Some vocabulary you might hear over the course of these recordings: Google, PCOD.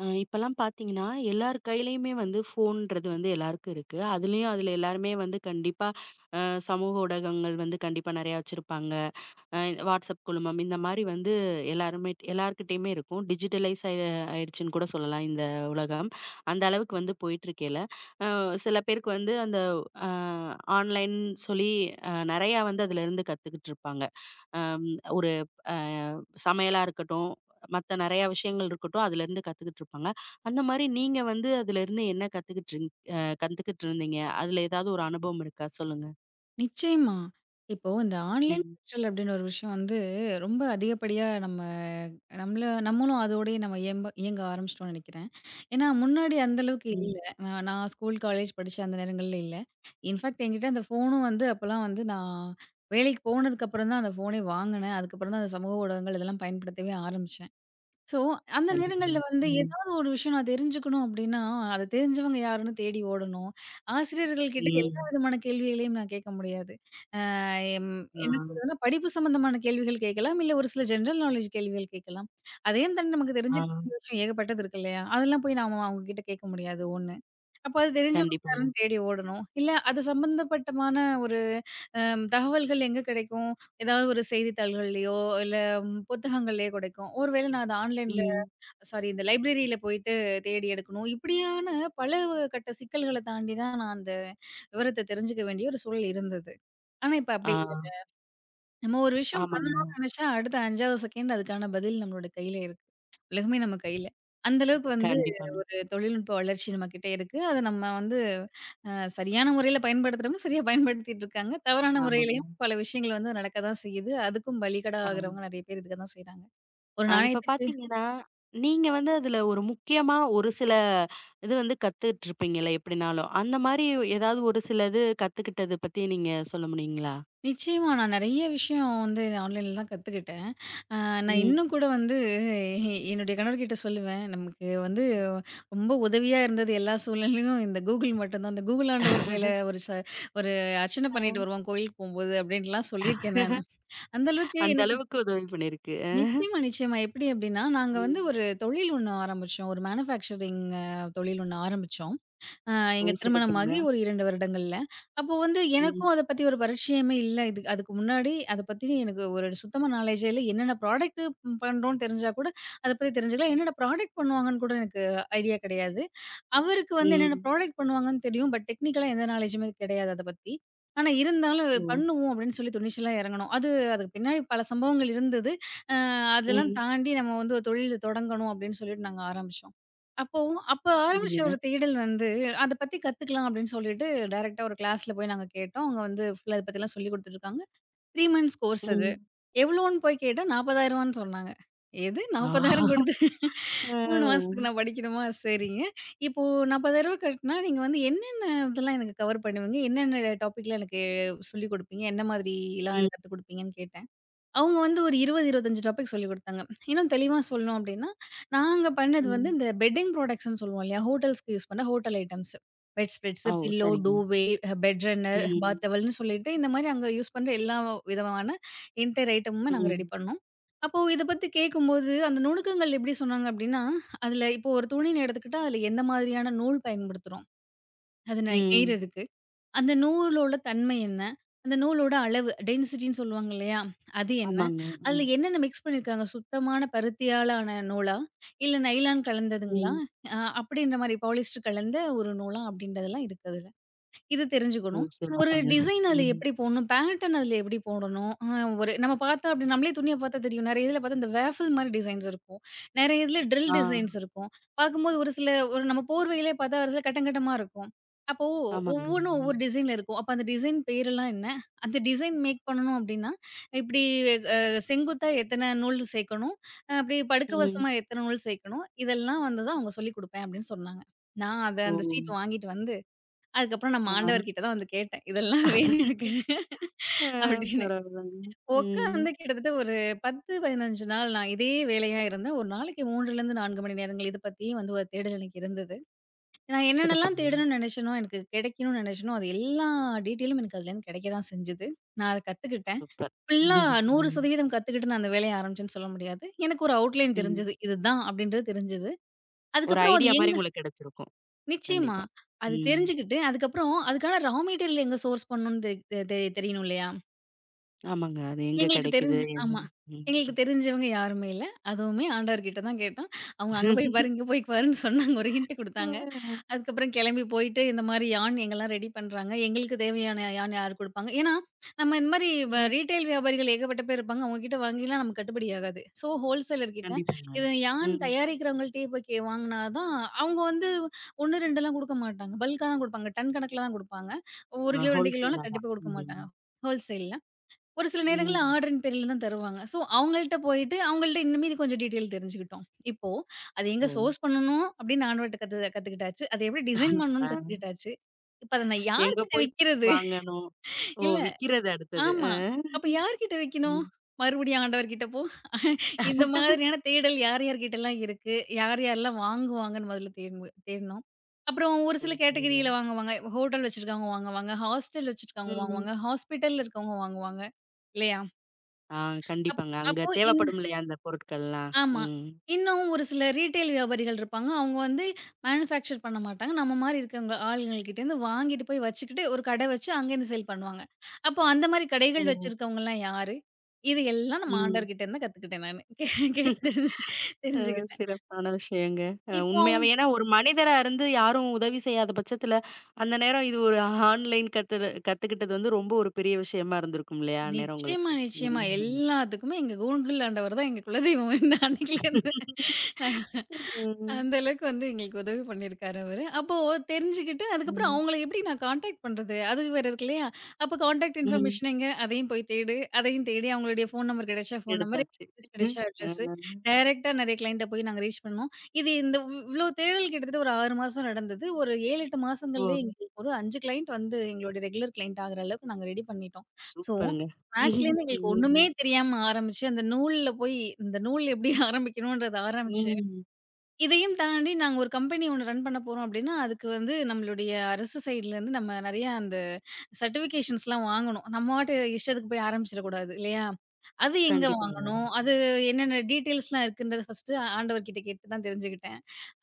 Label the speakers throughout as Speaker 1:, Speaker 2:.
Speaker 1: இப்பலாம் பார்த்தீங்கன்னா, எல்லார் கையிலயுமே வந்து ஃபோன்றது வந்து எல்லாருக்கும் இருக்கு. அதுலயும் அதுல எல்லாருமே வந்து கண்டிப்பா அ சமூக ஊடகங்கள் வந்து கண்டிப்பா நெறையா வச்சிருப்பாங்க. அ வாட்ஸ்அப் குழுமம் இந்த மாரி வந்து எல்லாருமே எல்லார்கிட்டயுமே இருக்கும். டிஜிட்டலைஸ் ஆயிடுச்சுன்னு கூட சொல்லலாம் இந்த உலகம். அந்த அளவுக்கு வந்து போயிட்டுருக்கையில, அ சில பேருக்கு வந்து அந்த அ ஆன்லைன் சொல்லி நெறையா வந்து அதுலருந்து கத்துக்கிட்டு இருப்பாங்க. அம் ஒரு அ சமையலா இருக்கட்டும், மத்த நெறையா விஷயங்கள் இருக்கட்டும், அதுலருந்து கத்துக்கிட்டு இருப்பாங்க. அந்த மாரி நீங்க வந்து அதுலருந்து என்ன கத்துக்கிட்டு இருந் அ கத்துக்கிட்டு இருந்தீங்க? அதுல ஏதாவது ஒரு அனுபவம் இருக்கா? சொல்லுங்க.
Speaker 2: நிச்சயமா. இப்போ இந்த ஆன்லைன்
Speaker 1: ம்.
Speaker 2: கற்றல் அப்டின்ற ஒரு விஷயம் வந்து ரொம்ப அதிகப்படியா நம்மளும் அதோடயே நம்ம இயங்க ஆரம்பிச்சுட்டோம்னு நெனைக்கிறேன். ஏன்னா முன்னாடி அந்த அளவுக்கு இல்ல.
Speaker 1: ம்.
Speaker 2: நான் நான் ஸ்கூல், காலேஜ் படிச்ச அந்த நேரங்கள்ல இல்ல. இன்ஃபேக்ட் என்கிட்ட அந்த ஃபோனும் வந்து அப்பலாம் வந்து நான் வேலைக்கு போனதுக்கப்புறம் தான் அந்த ஃபோனே வாங்குனேன். அதுக்கப்புறம் தான் அந்த சமூக ஊடகங்கள் இதெல்லாம் பயன்படுத்தவே ஆரம்பிச்சேன். ஸோ, அந்த
Speaker 1: கண்டிப்பாங்க.
Speaker 2: நேரங்கள்ல வந்து
Speaker 1: ம்.
Speaker 2: ஏதாவது ஒரு விஷயம் நான் தெரிஞ்சுக்கணும் அப்டின்னா, அத தெரிஞ்சவங்க யாருன்னு தேடி ஓடணும். ஆசிரியர்கள் கிட்ட எல்லா
Speaker 1: ம்.
Speaker 2: விதமான கேள்விகளையும் நான் கேட்க முடியாது. எம்
Speaker 1: ஆ,
Speaker 2: என்ன சொல்றதுன்னா, படிப்பு சம்மந்தமான கேள்விகள் கேட்கலாம். இல்ல ஒரு சில ஜெனரல் நாலேட்ஜ் கேள்விகள் கேட்கலாம். அதையும் தாண்டி நமக்கு
Speaker 1: ஆ.
Speaker 2: தெரிஞ்சுக்க வேண்டிய விஷயம் ஏகப்பட்டது இருக்கு இல்லையா? அதெல்லாம் போய் நாம அவங்ககிட்ட கேட்க முடியாது ஒண்ணு. அப்ப அது தெரிஞ்சவங்க
Speaker 1: கண்டிப்பாங்க.
Speaker 2: யாருன்னு தேடி ஓடணும். இல்ல அது சம்பந்தப்பட்டமான ஒரு தகவல்கள் எங்க கிடைக்கும்? ஏதாவது ஒரு செய்தித்தாள்கள்லயோ, இல்ல புத்தகங்கள்லயோ கிடைக்கும். ஒருவேளை நான் அத ஆன்லைன்ல
Speaker 1: ம்.
Speaker 2: சாரி இந்த லைப்ரரியில போயிட்டு தேடி எடுக்கணும். இப்படியான பல கட்ட சிக்கல்கள தாண்டி தான் நான் அந்த விவரத்த தெரிஞ்சுக்க வேண்டிய ஒரு சூழல் இருந்தது. ஆனா இப்ப அப்படி
Speaker 1: ஆ,
Speaker 2: நம்ம ஒரு விஷயம்
Speaker 1: ஆமாங்க.
Speaker 2: பண்ணணும்னு நினைச்சா, அடுத்த 5வது செகண்ட் அதுக்கான பதில் நம்மளோட கையில இருக்கு. உலகமே நம்ம கையில. அந்த அளவுக்கு வந்து
Speaker 1: கண்டிப்பாங்க.
Speaker 2: ஒரு தொழில்நுட்ப வளர்ச்சி நம்மகிட்ட இருக்கு. அத நம்ம வந்து அ சரியான முறையில பயன்படுத்துறவங்க சரியா பயன்படுத்திட்டு இருக்காங்க. தவறான
Speaker 1: ஆமாங்க.
Speaker 2: முறையிலயும் பல விஷயங்கள் வந்து நடக்க தான் செய்யுது. அதுக்கும் பலிகடா
Speaker 1: ஆ.
Speaker 2: ஆகுறவங்க நெறைய பேர் இருக்க தான் செய்றாங்க. ஒரு
Speaker 1: ஆ இப்ப
Speaker 2: நாணயத்துக்கு
Speaker 1: பார்த்தீங்கன்னா, நீங்க வந்து அதுல ஒரு முக்கியமா ஒரு சில இது வந்து கத்துட்ருப்பீங்கல்ல எப்படினாலும். அந்த மாரி ஏதாவது ஒரு சில இது கத்துக்கிட்டது பத்தி நீங்க சொல்ல முடியுங்களா?
Speaker 2: நிச்சயமா. நான் நெறைய விஷயம் வந்து ஆன்லைன்ல தான் கத்துக்கிட்டேன். அ நான்
Speaker 1: ம்.
Speaker 2: இன்னும் கூட வந்து என்னுடைய கணவர்கிட்ட சொல்லுவேன். நமக்கு வந்து ரொம்ப உதவியா இருந்தது எல்லா சூழ்நிலையிலும் இந்த Google மட்டும் தான். அந்த Google ஆண்டவர் மேல ஒரு அர்ச்சனை பண்ணிட்டு
Speaker 1: அ.
Speaker 2: வருவோம் கோயிலுக்கு போம்போது அப்படின்ட்டுலாம் சொல்லியிருக்கேன் நானு. அந்த அளவுக்கு
Speaker 1: அந்த
Speaker 2: எனக்கு
Speaker 1: அளவுக்கு உதவி பண்ணிருக்கு.
Speaker 2: நிச்சயமா, நிச்சயமா. எப்படி அப்படின்னா, நாங்க வந்து
Speaker 1: ம்.
Speaker 2: ஒரு தொழில் ஒண்ணு ஆரம்பிச்சோம். ஒரு மேனுஃபேக்சரிங் தொழில் ஒண்ணு ஆரம்பிச்சோம். அ
Speaker 1: ஓ!
Speaker 2: எங்க
Speaker 1: சிறப்புங்க.
Speaker 2: திருமணமாகி ஒரு 2 வருடங்கள்ல. அப்போ வந்து
Speaker 1: ம்.
Speaker 2: எனக்கும் அத பத்தி ஒரு பரிச்சயமே இல்ல. இது அதுக்கு முன்னாடி அத பத்தி எனக்கு ஒரு சுத்தமா நாலேட்ஜே இல்ல. என்னென்ன ப்ராடக்ட் பண்றோம்னு தெரிஞ்சா கூட அத பத்தி தெரிஞ்சுக்கலாம். என்னென்ன ப்ராடக்ட் பண்ணுவாங்கன்னு கூட எனக்கு ஐடியா கிடையாது. அவருக்கு வந்து என்னென்ன
Speaker 1: ம்.
Speaker 2: ப்ராடக்ட் பண்ணுவாங்கன்னு தெரியும். பட் டெக்னிக்கலா எந்த நாலேட்ஜுமே கிடையாது அத பத்தி. ஆனா இருந்தாலும்
Speaker 1: ஓ!
Speaker 2: பண்ணுவோம் அப்படின்னு சொல்லி துணிச்சலா இறங்கணும். அது அதுக்கு பின்னாடி பல சம்பவங்கள் இருந்தது. அ அதெல்லாம்
Speaker 1: ம்.
Speaker 2: தாண்டி நம்ம வந்து ஒரு தொழில் தொடங்கணும் அப்படின்னு சொல்லிட்டு நாங்க ஆரம்பிச்சோம். அப்போ, அப்ப ஆரம்பிச்ச
Speaker 1: சரிங்க.
Speaker 2: ஒரு தேடல் வந்து, அத பத்தி கத்துக்கலாம் அப்படின்னு சொல்லிட்டு, டைரக்ட்டா ஒரு கிளாஸ்ல போய் நாங்க கேட்டோம். அவங்க வந்து ஃபுல்லா இத பத்திலாம் சொல்லிக் குடுத்துட்டுருக்காங்க. 3 மந்த்ஸ் கோர்ஸ் அது.
Speaker 1: ம்.
Speaker 2: எவ்வளோன்னு போய் கேட்டா, ரூ. 40,000ன்னு சொன்னாங்க. எது
Speaker 1: ஆ.
Speaker 2: 40,000 குடுத்து 3
Speaker 1: அ.
Speaker 2: மாசத்துக்கு நான் படிக்கணுமா? சரிங்க. இப்போ ரூ. 40,000 கட்டுனா, நீங்க வந்து என்னென்ன இதெல்லாம் எனக்கு கவர் பண்ணுவீங்க? என்னென்ன டாபிக்லாம் எனக்கு சொல்லிக் குடுப்பீங்க? எந்த
Speaker 1: ம்.
Speaker 2: மாதிரிலாம் கத்துக் குடுப்பீங்கன்னு கேட்டேன். அவங்க வந்து ஒரு 20, 25 டாபிக் சொல்லிக் குடுத்தாங்க. இன்னும் தெளிவா சொல்லணும் அப்டின்னா, நாங்க பண்ணது வந்து
Speaker 1: ம்.
Speaker 2: இந்த பெட்டிங் ப்ராடக்ட்ஸ்ன்னு சொல்லுவோம் இல்லையா? ஹோட்டல்ஸ்க்கு யூஸ் பண்ண ஹோட்டல் ஐட்டம்ஸ். பெட் ஸ்ப்ரெட்ஸ்,
Speaker 1: ஓ!
Speaker 2: பில்லோ,
Speaker 1: சரிங்க.
Speaker 2: டூவே, பெட் ரன்னர்,
Speaker 1: ம்.
Speaker 2: பாத் டவல்ன்னு சொல்லிட்டு இந்த மாரி அங்க யூஸ் பண்ற எல்லா விதமான என்டயர் ஐட்டமுமே நாங்க ரெடி
Speaker 1: ம்.
Speaker 2: பண்ணோம். அப்போ இத பத்தி கேட்கும்போது, அந்த நுணுக்கங்கள் எப்படி சொன்னாங்க அப்டின்னா, அதுல இப்போ ஒரு துணின்னு எடுத்துக்கிட்டா, அதுல எந்த மாதிரியான நூல் பயன்படுத்துறோம்? அது
Speaker 1: ம்.
Speaker 2: நெய்றதுக்கு. அந்த நூலோட தன்மை என்ன? அந்த நூலோட அளவு டென்சிட்டின்னு சொல்லுவாங்க இல்லையா? அது என்ன?
Speaker 1: ஆமாங்க.
Speaker 2: அதுல
Speaker 1: ம்.
Speaker 2: என்னென்ன மிக்ஸ் பண்ணியிருக்காங்க? சுத்தமான பருத்தியால ஆன நூலா? இல்ல நைலான் கலந்ததுங்களா?
Speaker 1: ம்.
Speaker 2: அப்படின்ற மாரி பாலிஸ்டர் கலந்த ஒரு நூலா? அப்படின்றதெல்லாம் இருக்கு அதுல. இது
Speaker 1: ஓ!
Speaker 2: தெரிஞ்சுக்கணும். ஒரு
Speaker 1: சிறப்புங்க.
Speaker 2: டிசைன் அதுல
Speaker 1: ம்.
Speaker 2: எப்படி போடணும்? பேட்டர்ன் அதுல எப்படி போடணும்? ஒரு நம்ம பார்த்தா அப்படி நம்மளே துணிய பார்த்தா தெரியும். நெறைய இதுல பார்த்தா இந்த வேஃபில் மாரி டிசைன்ஸ் இருக்கும். நெறைய இதுல ட்ரில்
Speaker 1: ஆ.
Speaker 2: டிசைன்ஸ் இருக்கும். பார்க்கும்போது ஒரு சில ஒரு நம்ம போர்வையிலே பார்த்தா ஒரு சில கட்டம் கட்டமா இருக்கும். அப்போ
Speaker 1: ஆமாங்க.
Speaker 2: ஒவ்வொன்னும்
Speaker 1: ம்.
Speaker 2: ஒவ்வொரு டிசைன்ல இருக்கும். அப்ப அந்த டிசைன் பேரெல்லாம் என்ன? அந்த டிசைன் மேக் பண்ணணும் அப்படின்னா, இப்படி அ செங்குத்தா எத்தன நூல் சேர்க்கணும்? அப்படி
Speaker 1: ம்.
Speaker 2: படுக்கவசமா எத்தன நூல் சேர்க்கணும்? இதெல்லாம் வந்து தான் அவங்க சொல்லிக் குடுப்பேன் அப்படின்னு சொன்னாங்க. நான் அத
Speaker 1: ஓ!
Speaker 2: அந்த சீட் வாங்கிட்டு வந்து அதுக்கப்புறம் நம்ம
Speaker 1: ஆ.
Speaker 2: ஆண்டவர்கிட்ட தான் வந்து கேட்டேன். இதெல்லாம் வேணும் எனக்கு
Speaker 1: ஆ
Speaker 2: அப்படின்னு.
Speaker 1: பரவால்லங்க. ம்.
Speaker 2: உட்காந்து கிட்டத்தட்ட ஒரு 10, 15 நாள் நான் இதே வேலையா இருந்தேன். ஒரு நாளைக்கு 3லேருந்து 4 மணி நேரங்கள் இத பத்தியே வந்து ஒரு தேடல் எனக்கு இருந்தது. நான் என்னென்னலாம்
Speaker 1: சிறப்புங்க.
Speaker 2: தேடணும்னு நினைச்சேனோ, எனக்கு கிடைக்கணும்னு நினைச்சேனோ, அது எல்லா டீட்டெயிலும் எனக்கு அதுலேருந்து கிடைக்க தான் செஞ்சது. நான் அத கத்துக்கிட்டேன்.
Speaker 1: சூப்பர்.
Speaker 2: ஃபுல்லா
Speaker 1: ம்.
Speaker 2: 100% கத்துக்கிட்டு நான் அந்த வேலைய ஆரம்பிச்சேன்னு சொல்ல முடியாது. எனக்கு ஒரு அவுட்லைன்
Speaker 1: ம்.
Speaker 2: தெரிஞ்சது. இதுதான் அப்படின்றது தெரிஞ்சது.
Speaker 1: ஒரு
Speaker 2: அதுக்கப்புறம் அது
Speaker 1: ஐடியா மாரி
Speaker 2: எங்க
Speaker 1: உங்களுக்கு கிடைச்சிருக்கும்.
Speaker 2: நிச்சயமா.
Speaker 1: கண்டிப்பா.
Speaker 2: அது
Speaker 1: ம்.
Speaker 2: தெரிஞ்சுக்கிட்டு, அதுக்கப்புறம் அதுக்கான ரா மெட்டீரியல் எங்க சோர்ஸ் பண்ணணும்னு தெ தெ தெரி- தெரியணும் இல்லையா?
Speaker 1: ஆமாங்க. அது எங்க
Speaker 2: எங்களுக்கு
Speaker 1: கிடைக்குது?
Speaker 2: தெரிஞ்ச ஆமா.
Speaker 1: என்னன்னு. ம்.
Speaker 2: எங்களுக்கு தெரிஞ்சவங்க யாருமே இல்ல. அதுவுமே ஆண்டவர்கிட்ட தான் கேட்டோம். அவங்க அங்க போய் பாரு, இங்க போய் பாருன்னு சொன்னாங்க. ஒரு ஹிண்ட் குடுத்தாங்க.
Speaker 1: ஆ.
Speaker 2: அதுக்கப்புறம் கிளம்பி போயிட்டு, இந்த மாரி யான் எங்கலாம் ரெடி பண்றாங்க. எங்களுக்கு தேவையான யான் யார் குடுப்பாங்க? ஏன்னா, நம்ம இந்த மாரி
Speaker 1: ம்.
Speaker 2: ரீட்டெயில் வியாபாரிகள் ஏகப்பட்ட பேர் இருப்பாங்க. அவங்க கிட்ட வாங்கிலாம் நமக்கு கட்டுப்படி ஆகாது. ஸோ, ஹோல்சேலர் கிட்ட
Speaker 1: கண்டிப்பாங்க.
Speaker 2: இது யான்
Speaker 1: ம்.
Speaker 2: தயாரிக்கிறவங்கள்ட்டயே போய் வாங்குனா தான் அவங்க வந்து 1, 2லாம் குடுக்க மாட்டாங்க. பல்கா தான் குடுப்பாங்க. டன் கணக்குல தான் குடுப்பாங்க. 1
Speaker 1: ஆ
Speaker 2: கிலோ, 2 கிலோலாம்
Speaker 1: ஹோல்சேலா தான்.
Speaker 2: கண்டிப்பா குடுக்க மாட்டாங்க.
Speaker 1: ம்.
Speaker 2: ஹோல்சேல்ல. ஒரு சில நேரங்கள்ல
Speaker 1: ம்.
Speaker 2: ஆர்டர்ன் பேர்ல தான் தருவாங்க. ஸோ, அவங்கள்ட்ட போயிட்டு அவங்கள்ட்ட இன்னுமே இது கொஞ்சம் டீட்டெயில் தெரிஞ்சுக்கிட்டோம். இப்போ அது எங்க
Speaker 1: ஓ!
Speaker 2: சோர்ஸ் பண்ணணும் அப்படின்னு ஆன்வர்ட்ட கத்துக்கிட்டாச்சு. அத எப்படி டிசைன்
Speaker 1: ஆ.
Speaker 2: பண்ணணும்னு கத்துக்கிட்டாச்சு. இப்ப அத நான்
Speaker 1: எங்க
Speaker 2: யார்கிட்ட
Speaker 1: போய்
Speaker 2: விக்கிறது?
Speaker 1: வாங்கணும்? ஓ!
Speaker 2: இல்ல
Speaker 1: விக்கிறது அடுத்தது. அ.
Speaker 2: ஆமா. அப்ப யார்கிட்ட விக்கணும்?
Speaker 1: ம்.
Speaker 2: மறுபடியும் ஆண்டவர்கிட்ட போ. இந்த மாதிரியான தேடல் யார் யார்கிட்டலாம் இருக்கு? யார் யாரெல்லாம் வாங்குவாங்கன்னு முதல்ல தேடணும். அப்புறம் ஒரு
Speaker 1: ஓ!
Speaker 2: சில
Speaker 1: சரிங்க.
Speaker 2: கேட்டகரியில வாங்குவாங்க. ஹோட்டல் வச்சிருக்கவங்க வாங்குவாங்க. ஹாஸ்டல் வச்சிருக்கவங்க
Speaker 1: ம்.
Speaker 2: வாங்குவாங்க. ஹாஸ்பிட்டல்ல இருக்கவங்க வாங்குவாங்க. இல்லையா?
Speaker 1: ஆ
Speaker 2: அப்
Speaker 1: கண்டிப்பாங்க. அங்க
Speaker 2: அப்போ இந்
Speaker 1: தேவைப்படும் இல்லையா அந்த பொருட்கள்லாம்.
Speaker 2: ஆமா.
Speaker 1: ம்.
Speaker 2: இன்னும் ஒரு சில ரீட்டெயில் வியாபாரிகள் இருப்பாங்க. அவங்க வந்து மேனுஃபேக்சர் பண்ண மாட்டாங்க. நம்ம மாரி இருக்கவங்க ஆளுங்கள்கிட்டேருந்து வாங்கிட்டு போய் வச்சுக்கிட்டு, ஒரு கடை வச்சு அங்கேருந்து சேல் பண்ணுவாங்க. அப்போ அந்த மாரி
Speaker 1: ஓ!
Speaker 2: கடைகள் வச்சிருக்கவங்கலாம் யாரு? இது எல்லாம் நம்ம
Speaker 1: ம்.
Speaker 2: ஆண்டவர்கிட்ட இருந்து தான் கத்துக்கிட்டேன் நானு. கேட்டு தெரிஞ்சுக்கிட்டேன்.
Speaker 1: சிறப்பான விஷயங்க.
Speaker 2: இப்போ அவங்க
Speaker 1: உண்மையாவே ஏன்னா ஒரு மனிதரா இருந்து யாரும் உதவி செய்யாத பட்சத்துல, அந்த நேரம் இது ஒரு ஆன்லைன் கத்துல கத்துக்கிட்டது வந்து ரொம்ப ஒரு பெரிய விஷயமா இருந்திருக்கும் இல்லையா? அந்நேரம்
Speaker 2: நிச்சயமா,
Speaker 1: உங்களுக்கு.
Speaker 2: நிச்சயமா.
Speaker 1: ம்.
Speaker 2: எல்லாத்துக்குமே எங்க கூகுள் ஆண்டவர் தான் எங்க குலதெய்வம் அன்னைக்குலேருந்து.
Speaker 1: ம்.
Speaker 2: அந்த அளவுக்கு வந்து எங்களுக்கு உதவி பண்ணியிருக்காரு அவரு. அப்போ தெரிஞ்சுக்கிட்டு, அதுக்கப்புறம்
Speaker 1: ம்.
Speaker 2: அவங்கள எப்படி நான் கான்டாக்ட் பண்றது? அது வேற இருக்கு இல்லையா? அப்போ கான்டாக்ட்
Speaker 1: ம்.
Speaker 2: இன்ஃபர்மேஷன் எங்க? அதையும் போய் தேடு. அதையும் தேடி அவங்களுடைய ஃபோன் நம்பர் கிடைச்சா ஃபோன் நம்பர்,
Speaker 1: எடுத்தாச்சு.
Speaker 2: அட்ரஸ்
Speaker 1: ம்.
Speaker 2: கிடைச்சா
Speaker 1: அ.
Speaker 2: அட்ரஸ். டைரக்ட்டா நிறைய கிளையண்ட்ட போய் நாங்க ரீச் பண்ணோம். இது இந்த இவ்ளோ தேடல் கிட்டத்தட்ட ஒரு 6 மாசம் நடந்தது. ஒரு 7, 8
Speaker 1: ஓ!
Speaker 2: மாசங்கள்லயே எங்களுக்கு ஒரு 5 கிளையண்ட் வந்து எங்களுடைய ரெகுலர் கிளையண்ட் ஆகுற அளவுக்கு நாங்க ரெடி பண்ணிட்டோம். ஸோ
Speaker 1: சூப்பருங்க.
Speaker 2: ஸ்க்ராட்ச்லேருந்து எங்களுக்கு
Speaker 1: ம்.
Speaker 2: ஒண்ணுமே தெரியாம ஆரம்பிச்சு, அந்த நூல்ல போய் இந்த நூல் எப்படி ஆரம்பிக்கணும்ன்றத ஆரம்பிச்சு
Speaker 1: ம்.
Speaker 2: இதையும் தாண்டி நாங்க ஒரு கம்பெனி ஒண்ணு ரன் பண்ண போறோம் அப்டின்னா, அதுக்கு வந்து நம்மளுடைய அரசு சைட்லருந்து நம்ம நெறையா அந்த சர்டிஃபிகேஷன்ஸ்லாம் வாங்கணும். நம்ம பாட்டு இஷ்டத்துக்கு போய் ஆரம்பிச்சிடக்கூடாது இல்லையா? அது எங்க
Speaker 1: கண்டிப்பாங்க.
Speaker 2: வாங்கணும்? அது என்னென்ன டீட்டெயில்ஸ்லாம் இருக்குன்றத ஃபர்ஸ்ட்டு ஆண்டவர்கிட்ட கேட்டு தான் தெரிஞ்சுக்கிட்டேன்.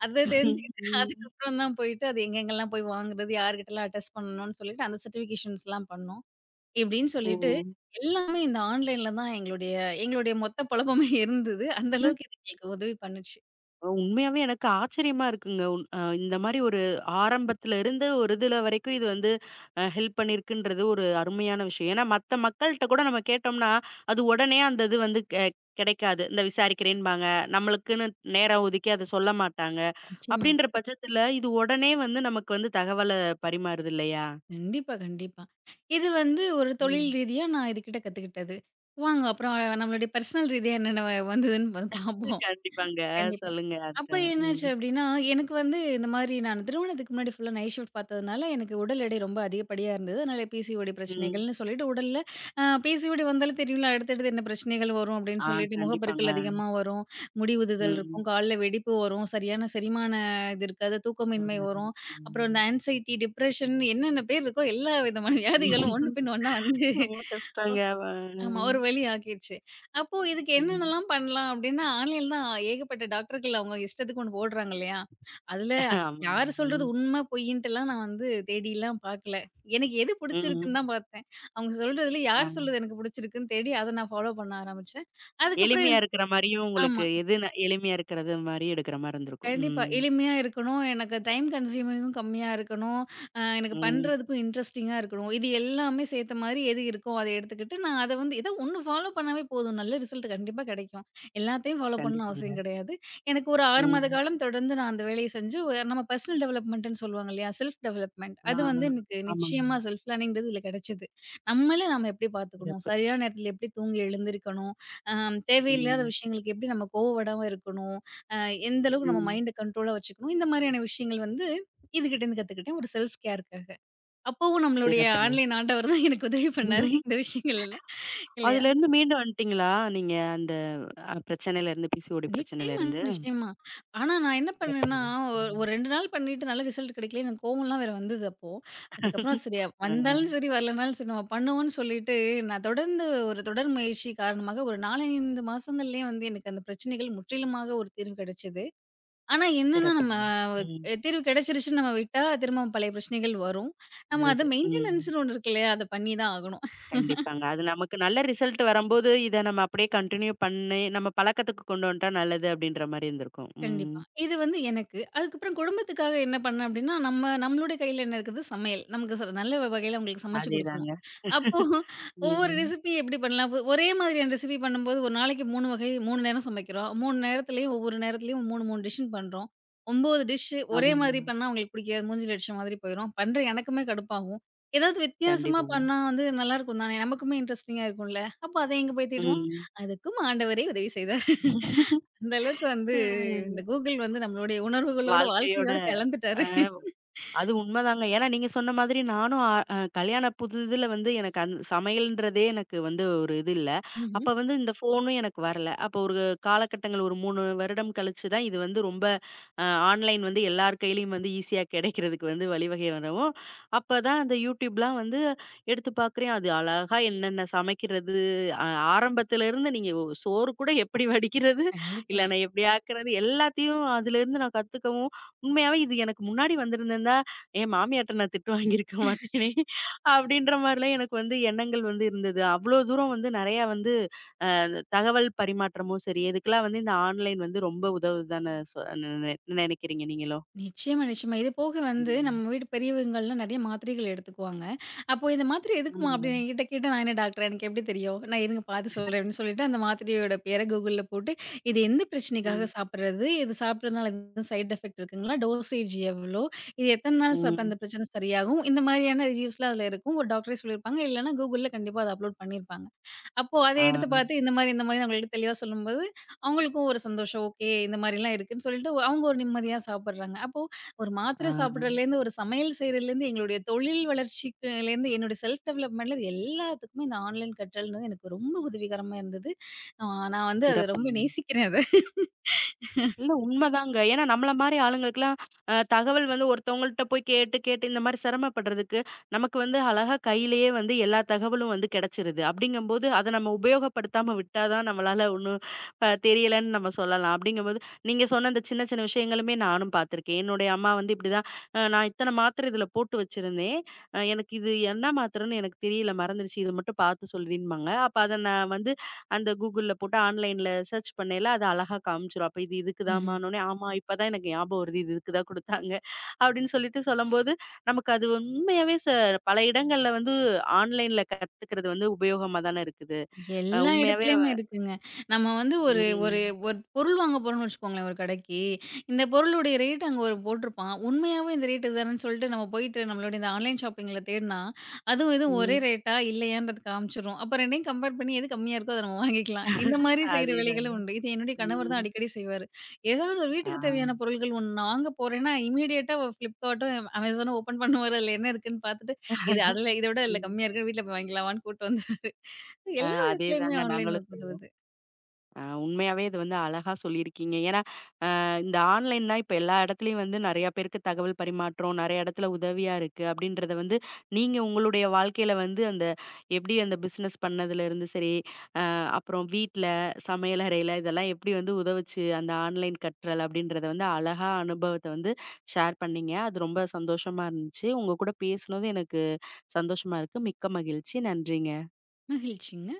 Speaker 2: அத தெரிஞ்சுக்கிட்டு
Speaker 1: ம்.
Speaker 2: அதுக்கப்புறம் தான் போயிட்டு அது எங்கெங்கலாம் போய் வாங்குறது? யார்கிட்டலாம் அட்டஸ்ட் பண்ணணும்னு சொல்லிட்டு அந்த சர்டிஃபிகேஷன்ஸ்லாம் பண்ணோம். இப்டின்னு
Speaker 1: ஓ!
Speaker 2: சொல்லிட்டு எல்லாமே இந்த ஆன்லைன்ல தான் எங்களுடைய எங்களுடைய மொத்த பொழப்புமே இருந்தது. அந்த அளவுக்கு இது எங்களுக்கு உதவி பண்ணுச்சு.
Speaker 1: உண்மையாவே எனக்கு ஆச்சரியமா இருக்குங்க. உன் அ இந்த மாரி ஒரு ஆரம்பத்துல இருந்து ஒரு இதுல வரைக்கும் இது வந்து ஹெல்ப் பண்ணியிருக்குன்றது ஒரு அருமையான விஷயம். ஏன்னா மத்த மக்கள்ட்ட கூட நம்ம கேட்டோம்னா, அது உடனே அந்த இது வந்து கிடைக்காது. இந்த விசாரிக்கிறேன்பாங்க. நம்மளுக்குன்னு நேரம் ஒதுக்கி அத சொல்ல மாட்டாங்க.
Speaker 2: நிச்சயமா.
Speaker 1: அப்படின்ற பட்சத்துல இது உடனே வந்து நமக்கு வந்து தகவல பரிமாறுது இல்லையா?
Speaker 2: கண்டிப்பா, கண்டிப்பா. இது வந்து ஒரு தொழில்
Speaker 1: ம்.
Speaker 2: ரீதியா நான் இதுகிட்ட கத்துக்கிட்டது. வாங்க அப்புறம் நம்மளுடைய பர்சனல் ரீதியா என்னென்ன வந்ததுன்னு வந்து பார்ப்போம்.
Speaker 1: கண்டிப்பாங்க.
Speaker 2: கண்டிப்பா.
Speaker 1: சொல்லுங்க
Speaker 2: அப்ப
Speaker 1: அதான். ம்.
Speaker 2: என்னாச்சு அப்டின்னா, எனக்கு வந்து இந்த மாரி நான் திருமணத்துக்கு முன்னாடி ஃபுல்லா நைட் ஷிஃப்ட் பார்த்ததுனால, எனக்கு உடல் எடை ரொம்ப அதிகப்படியா இருந்தது. அதனால பிசிஓடி
Speaker 1: ம்.
Speaker 2: பிரச்சனைகள்னு சொல்லிட்டு உடல்ல பிசிஓடி வந்தாலும் தெரியும்ல அடுத்தடுத்து என்ன பிரச்சனைகள் வரும் அப்டின்னு
Speaker 1: ஆ
Speaker 2: சொல்லிட்டு, முகப்பருக்கள்
Speaker 1: கண்டிப்பாங்க.
Speaker 2: அதிகமா வரும், முடி உதுதல்
Speaker 1: ம்.
Speaker 2: இருக்கும், கால்ல வெடிப்பு வரும், சரியான செரிமான இது இருக்காது, தூக்கமின்மை
Speaker 1: ஆமாங்க.
Speaker 2: வரும். அப்புறம் இந்த
Speaker 1: ம்.
Speaker 2: ஆங்சைட்டி, டிப்ரஷன் என்னென்ன பேர் இருக்கோ எல்லா விதமான வியாதிகளும் ஒண்ணு பின் ஒண்ணா வந்து
Speaker 1: ரொம்ப கஷ்டங்க. அவ.
Speaker 2: ஆமா. ஒரு வழி ஆக்கிருச்சு. அப்போ இதுக்கு
Speaker 1: ம்.
Speaker 2: என்னென்னலாம் பண்ணலாம் அப்டின்னா, ஆன்லைன்ல தான் ஏகப்பட்ட டாக்டர்கள் அவங்க இஷ்டத்துக்கு ஒண்ணு போடுறாங்க இல்லையா? அதுல
Speaker 1: ஆமாங்க.
Speaker 2: யாரு சொல்றது
Speaker 1: ம்.
Speaker 2: உண்ம, பொய்யின்ட்டுலாம் நான் வந்து தேடிலாம் பார்க்கல. எனக்கு எது பிடிச்சிருக்குன்னு
Speaker 1: ம்.
Speaker 2: தான் பார்த்தேன். அவங்க சொல்றதுல யார்
Speaker 1: ஆ.
Speaker 2: சொல்றது எனக்கு பிடிச்சிருக்குன்னு தேடி அத நான் ஃபாலோ பண்ண ஆரம்பிச்சேன்.
Speaker 1: எளிமையா
Speaker 2: அதுக்கப்புறம்
Speaker 1: இருக்கிற மாரியும் உங்களுக்கு
Speaker 2: ஆமா.
Speaker 1: எது ந எளிமையா இருக்கிறது மாரி எடுக்கிற மாரி இருந்திருக்கும்.
Speaker 2: கண்டிப்பா.
Speaker 1: ம்.
Speaker 2: எளிமையா இருக்கணும். எனக்கு டைம் கன்சியூமிங்கும் கம்மியா இருக்கணும். எனக்கு
Speaker 1: ம்.
Speaker 2: பண்றதுக்கும் இன்ட்ரஸ்டிங்கா இருக்கணும். இது எல்லாமே சேர்த்த மாரி எது இருக்கோ, அத எடுத்துக்கிட்டு நான் அத வந்து ஏதோ ஒண்ணு ஃபாலோ பண்ணாவே போதும். நல்ல ரிசல்ட் கண்டிப்பா கிடைக்கும். எல்லாத்தையும் ஃபாலோ பண்ணணும்னு
Speaker 1: கண்டிப்பாங்க.
Speaker 2: அவசியம் கிடையாது. எனக்கு ஒரு 6 மாத
Speaker 1: ம்.
Speaker 2: காலம் தொடர்ந்து நான் அந்த வேலைய செஞ்சு, நம்ம பர்சனல் டெவலப்மென்ட்ன்னு சொல்லுவாங்க இல்லையா? Self development.
Speaker 1: ஆ.
Speaker 2: அது வந்து எனக்கு
Speaker 1: ஆமாங்க.
Speaker 2: நிச்சயமா செல்ஃப் லேர்னிங்ன்றது இதுல கிடைச்சது. நம்ம எப்படி பார்த்துக்கணும்?
Speaker 1: சிறப்பு.
Speaker 2: சரியான நேரத்துல எப்படி தூங்கி எழுந்திரிக்கணும்? அ தேவையில்லாத
Speaker 1: ம்.
Speaker 2: விஷயங்களுக்கு எப்படி நம்ம கோவப்படாம இருக்கணும்? அ எந்த அளவுக்கு நம்ம
Speaker 1: ம்.
Speaker 2: மைண்ட கண்ட்ரோலா வச்சுக்கணும். இந்த மாதிரியான விஷயங்கள் வந்து இதுகிட்டேருந்து கத்துக்கிட்டேன். ஒரு செல்ஃப் கேருக்காக. அப்பவும் நம்மளுடைய
Speaker 1: சிறப்புங்க.
Speaker 2: ஆன்லைன் ஆண்டவர் தான் எனக்கு உதவி பண்ணாரு. இந்த விஷயங்கள் எல்லாம் இல்லையா?
Speaker 1: அதுலருந்து மீண்டு வந்துட்டீங்களா? நீங்க அந்த பிரச்சனையிலருந்து பிசிஓடி
Speaker 2: நிச்சயமா,
Speaker 1: பிரச்சனையிலருந்து?
Speaker 2: நிச்சயமா. ஆனா நான் என்ன பண்ணேன்னா,
Speaker 1: சிறப்புங்க. ம்.
Speaker 2: ஒரு 2 நாள் பண்ணிட்டு நல்ல ரிசல்ட் கிடைக்கல. எனக்கு கோவம்லாம் வேற வந்தது அப்போ. அதுக்கப்புறம் சரி வந்தாலும்
Speaker 1: ஆ.
Speaker 2: சரி, வரலனாலும் சரி நம்ம பண்ணுவோம்ன்னு சொல்லிட்டு நான் தொடர்ந்து ஒரு தொடர் முயற்சி காரணமாக ஒரு 4, 5 மாசங்கள்லயே வந்து எனக்கு அந்த பிரச்சனைகள் முற்றிலுமாக ஒரு தீர்வு கிடைச்சது. ஆனா என்னன்னா, நம்ம
Speaker 1: சிறப்புங்க. ம்.
Speaker 2: தீர்வு கிடைச்சிருச்சுன்னு நம்ம விட்டா, திரும்ப பழைய பிரச்சனைகள் வரும். நம்ம அத
Speaker 1: வருது. ம்.
Speaker 2: மெயின்டெனன்ஸ்ன்னு ஒண்ணு இருக்கு இல்லையா? அத பண்ணி தான் ஆகணும்.
Speaker 1: கண்டிப்பாங்க. அது நமக்கு நல்ல ரிசல்ட் வரம்போது, இத நம்ம அப்படியே கன்டின்யூ பண்ணி, நம்ம பழக்கத்துக்கு கொண்டு வந்துட்டா நல்லது அப்படின்ற மாரி இருந்திருக்கும். ம்.
Speaker 2: கண்டிப்பா. இது வந்து எனக்கு. அதுக்கப்புறம் குடும்பத்துக்காக என்ன பண்ணேன் அப்டின்னா, நம்மளுடைய கையில என்ன இருக்குது? சமையல். நமக்கு நல்ல வகையில அவங்களுக்கு சமைச்சு குடுக்கணும்.
Speaker 1: அதேதாங்க.
Speaker 2: அப்போ ஒவ்வொரு
Speaker 1: ம்.
Speaker 2: ரெசிபி எப்படி பண்ணலாம்? ஒரே மாதிரியான ரெசிபி பண்ணும்போது, ஒரு நாளைக்கு 3 வகை 3 நேரம் சமைக்கிறோம். 3 நேரத்துலயும் ஒவ்வொரு நேரத்துலயும் 3, 3 டிஷ்ஷுன்னு பண்றோம். 9 டிஷ்ஷு ஒரே மாதிரி
Speaker 1: ஆமாங்க.
Speaker 2: பண்ணா அவங்களுக்கு பிடிக்காது. மூஞ்சில அடிச்ச மாதிரி போயிரும். பண்ற எனக்குமே கடுப்பாகும். ஏதாவது வித்தியாசமா
Speaker 1: கண்டிப்பாங்க.
Speaker 2: பண்ணா வந்து நல்லாருக்கும் தானே! நமக்குமே இன்ட்ரஸ்டிங்கா இருக்கும்ல. அப்போ அத எங்க போய் தேடுவோம்?
Speaker 1: ம்.
Speaker 2: அதுக்கும் ஆண்டவரே உதவி செய்தார். அந்த அளவுக்கு வந்து இந்த
Speaker 1: ம்.
Speaker 2: கூகுள் வந்து நம்மளுடைய உணர்வுகளோட, வாழ்க்கையோட
Speaker 1: வாழ்க்கையோட
Speaker 2: கலந்துட்டாரு.
Speaker 1: அது உண்மதாங்க. ஏன்னா நீங்க சொன்ன மாதிரி நானும் அ அ கல்யாண புதுதில வந்து எனக்கு சமையல்ன்றதே எனக்கு வந்து ஒரு இது இல்ல.
Speaker 2: ம்ஹ்ம்.
Speaker 1: அப்ப வந்து இந்த ஃபோனும் எனக்கு வரல. அப்போ ஒரு காலகட்டங்கள் ஒரு 3 வருடம் கழிச்சு தான் இது வந்து ரொம்ப ஆன்லைன் வந்து எல்லார் கையிலயும் வந்து ஈஸியா கிடைக்கிறதுக்கு வந்து வழிவகை வரவும், அப்பதான் அந்த YouTubeலாம் வந்து எடுத்து பார்க்குறேன். அது அழகா என்னென்ன சமைக்கிறது, அ ஆரம்பத்திலருந்து நீங்க சோறு கூட எப்படி வடிக்கிறது, இல்ல
Speaker 2: கண்டிப்பா.
Speaker 1: நான் எப்படி ஆக்குறது எல்லாத்தையும் அதிலருந்து நான் கத்துக்கவும், உண்மையாவே இது எனக்கு முன்னாடி வந்திருந்தா என் மாமியார்ட்ட நான் திட்டு வாங்கியிருக்க மாட்டேனே! அப்டின்ற மாரிலாம் எனக்கு வந்து எண்ணங்கள் வந்து இருந்தது. அவ்ளோ தூரம் வந்து நெறையா வந்து அந்த தகவல் பரிமாற்றமும் சரி, இதுக்கெல்லாம் வந்து இந்த ஆன்லைன் வந்து ரொம்ப உதவுதுதானே சொ நெ நெ நெனைக்கிறீங்க நீங்களும்?
Speaker 2: நிச்சயமா, நிச்சயமா. இது போக வந்து நம்ம
Speaker 1: ம்.
Speaker 2: வீட்டு பெரியவங்கலாம் நெறைய மாத்திரைகள் எடுத்துக்குவாங்க. அப்போ இந்த மாத்திரை எதுக்குமா
Speaker 1: ஆமாங்க.
Speaker 2: அப்டின்னு என்கிட்ட கேட்டா, நான் என்ன டாக்டரா? எனக்கு எப்டி தெரியும்? நான் இருங்க பார்த்து சொல்றேன் அப்டின்னு சொல்லிட்டு, அந்த மாத்திரையோட பேர கூகுள்ல போட்டு, இது எந்த பிரச்சனைக்காக
Speaker 1: ம்.
Speaker 2: சாப்பிடுறது? இது சாப்பிடுறதுனால எதுவும் சைட் எஃபெக்ட் இருக்குங்களா? டோசேஜ் எவ்ளோ? இது எத்தன நாள் சாப்பிட்டா
Speaker 1: ம்.
Speaker 2: அந்த பிரச்சனை சரியாகும்? இந்த மாரியான ரிவ்யூஸ்லாம் அதுல இருக்கும். ஒரு டாக்டரே சொல்லியிருப்பாங்க. இல்லன்னா கூகுள்ல கண்டிப்பா அத அப்லோட் பண்ணியிருப்பாங்க. அப்போ அத
Speaker 1: ஆ.
Speaker 2: எடுத்து பார்த்து இந்த மாரி, இந்த மாரி அவங்களுக்கு தெளிவா சொல்லும்போது, அவங்களுக்கும் ஒரு சந்தோஷம். ஓகே இந்த மாரிலாம் இருக்குன்னு சொல்லிட்டு அவங்க ஒரு நிம்மதியா சாப்பிடுறாங்க. அப்போ ஒரு
Speaker 1: ஆ.
Speaker 2: மாத்திரை சாப்பிடுறதுலேருந்து, ஒரு சமையல் செய்றதுலேருந்து, எங்களுடைய தொழில் வளர்ச்சிக்குலேருந்து, என்னுடைய செல்ஃப் டெவலப்மெண்ட்லேருந்து எல்லாத்துக்குமே இந்த ஆன்லைன் கற்றல்ன்றது எனக்கு ரொம்ப உதவிகரமா இருந்தது. நான் நான் வந்து அத ரொம்ப
Speaker 1: சிறப்புங்க.
Speaker 2: நேசிக்கிறேன்
Speaker 1: இல்ல உண்மதாங்க. ஏன்னா நம்மள மாரி ஆளுங்களுக்கெல்லாம் தகவல் வந்து ஒருத்தவங்கள்ட்ட போய் கேட்டு, கேட்டு இந்த மாரி சிரமப்படுறதுக்கு, நமக்கு வந்து அழகா கையிலேயே வந்து எல்லா தகவலும் வந்து கிடைச்சிருது. அப்படிங்கும்போது அத நம்ம உபயோகப்படுத்தாம விட்டா தான் நம்மளால ஒண்ணும் தெரியலன்னு நம்ம சொல்லலாம். அப்படிங்கும்போது நீங்க சொன்ன அந்த சின்ன, சின்ன விஷயங்களுமே நானும் பார்த்துருக்கேன். என்னுடைய அம்மா வந்து இப்படிதான் "நான் இத்தனை மாத்திரை இதுல போட்டு வச்சிருந்தேன். எனக்கு இது என்ன மாத்திரைன்னு எனக்கு தெரியல மறந்துருச்சு. இது மட்டும் பார்த்து சொல்றீன்பாங்க." அப்ப அத நான் வந்து அந்த கூகுள்ல போட்டு ஆன்லைன்ல சர்ச் பண்ணயில அது அழகா காமிச்சுரும். அப்ப இது
Speaker 2: அத.
Speaker 1: இதுக்குதாம்மான்னோனே, ஆமா இப்பதான் எனக்கு ஞாபகம் வருது. இது இதுக்கு தான் குடுத்தாங்க. அப்படின்னு சொல்லிட்டு சொல்லும்போது, நமக்கு அது உண்மையாவே பல இடங்கள்ல வந்து ஆன்லைன்ல கத்துக்கிறது வந்து உபயோகமா தானே இருக்குது.
Speaker 2: எல்லா
Speaker 1: உண்மையாவே.
Speaker 2: இடத்துலயுமே இருக்குங்க. நம்ம வந்து ஒரு ஒரு
Speaker 1: ம்.
Speaker 2: ஒரு பொருள் வாங்க போறோம்னு வச்சுக்கோங்களேன் ஒரு கடைக்கு. இந்த பொருளுடைய ரேட் அங்க ஒரு போட்டிருப்பான். உண்மையாவே இந்த ரேட் இதுதானன்னு சொல்லிட்டு நம்ம போயிட்டு நம்மளோட இந்த ஆன்லைன் ஷாப்பிங்ல தேடுனா, அதுவும் இதுவும் ஒரே
Speaker 1: ம்.
Speaker 2: ரேட்டா இல்லையான்றது காமிச்சுரும். அப்ப 2யும் கம்பேர் பண்ணி எது கம்மியா இருக்கோ அத நம்ம வாங்கிக்கலாம். இந்த மாரி செய்ற
Speaker 1: அதேதாங்க.
Speaker 2: வேலைகளும் உண்டு. இது என்னுடைய கணவர் தான்
Speaker 1: ம்.
Speaker 2: அடிக்கடி செய்வாரு. ஏதாவது ஒரு
Speaker 1: ஆ.
Speaker 2: வீட்டுக்கு தேவையான பொருள்கள் ஒண்ணு நான் வாங்க போறேன்னா, இமிடியேட்டா Flipkartடும், Amazonனும் ஓப்பன் பண்ணுவாரு. அதுல என்ன இருக்குன்னு பார்த்துட்டு, இது அதுல இத விட இதுல
Speaker 1: ம்.
Speaker 2: கம்மியா இருக்குன்னு வீட்ல போய் வாங்கிக்கலாமான்னு கூட்டு வந்தாரு.
Speaker 1: ஆ
Speaker 2: எல்லா விதத்துலயுமே
Speaker 1: அதேதாங்க
Speaker 2: ஆன்லைன்
Speaker 1: நாங்களும்
Speaker 2: ஒர்க்
Speaker 1: செய்வோம்.
Speaker 2: உதவுது.
Speaker 1: உண்மையாவே இது வந்து அழகா சொல்லியிருக்கீங்க. ஏன்னா இந்த ஆன்லைன் தான் இப்ப எல்லா இடத்துலயும் வந்து நெறைய பேருக்கு தகவல் பரிமாற்றம், நெறைய இடத்துல உதவியா இருக்கு அப்படின்றத வந்து, நீங்க உங்களுடைய வாழ்க்கையில வந்து அந்த எப்படி அந்த பிசினஸ் பண்ணதுல இருந்து சரி, அப்புறம் வீட்ல, சமையலறையில இதெல்லாம் எப்படி வந்து உதவுச்சு அந்த ஆன்லைன் கற்றல் அப்படின்றத வந்து அழகா அனுபவத்த வந்து ஷேர் பண்ணீங்க. அது ரொம்ப சந்தோஷமா இருந்துச்சு. உங்க கூட பேசுனதும் எனக்கு சந்தோஷமா இருக்கு. மிக்க மகிழ்ச்சி. நன்றிங்க.
Speaker 2: மகிழ்ச்சிங்க.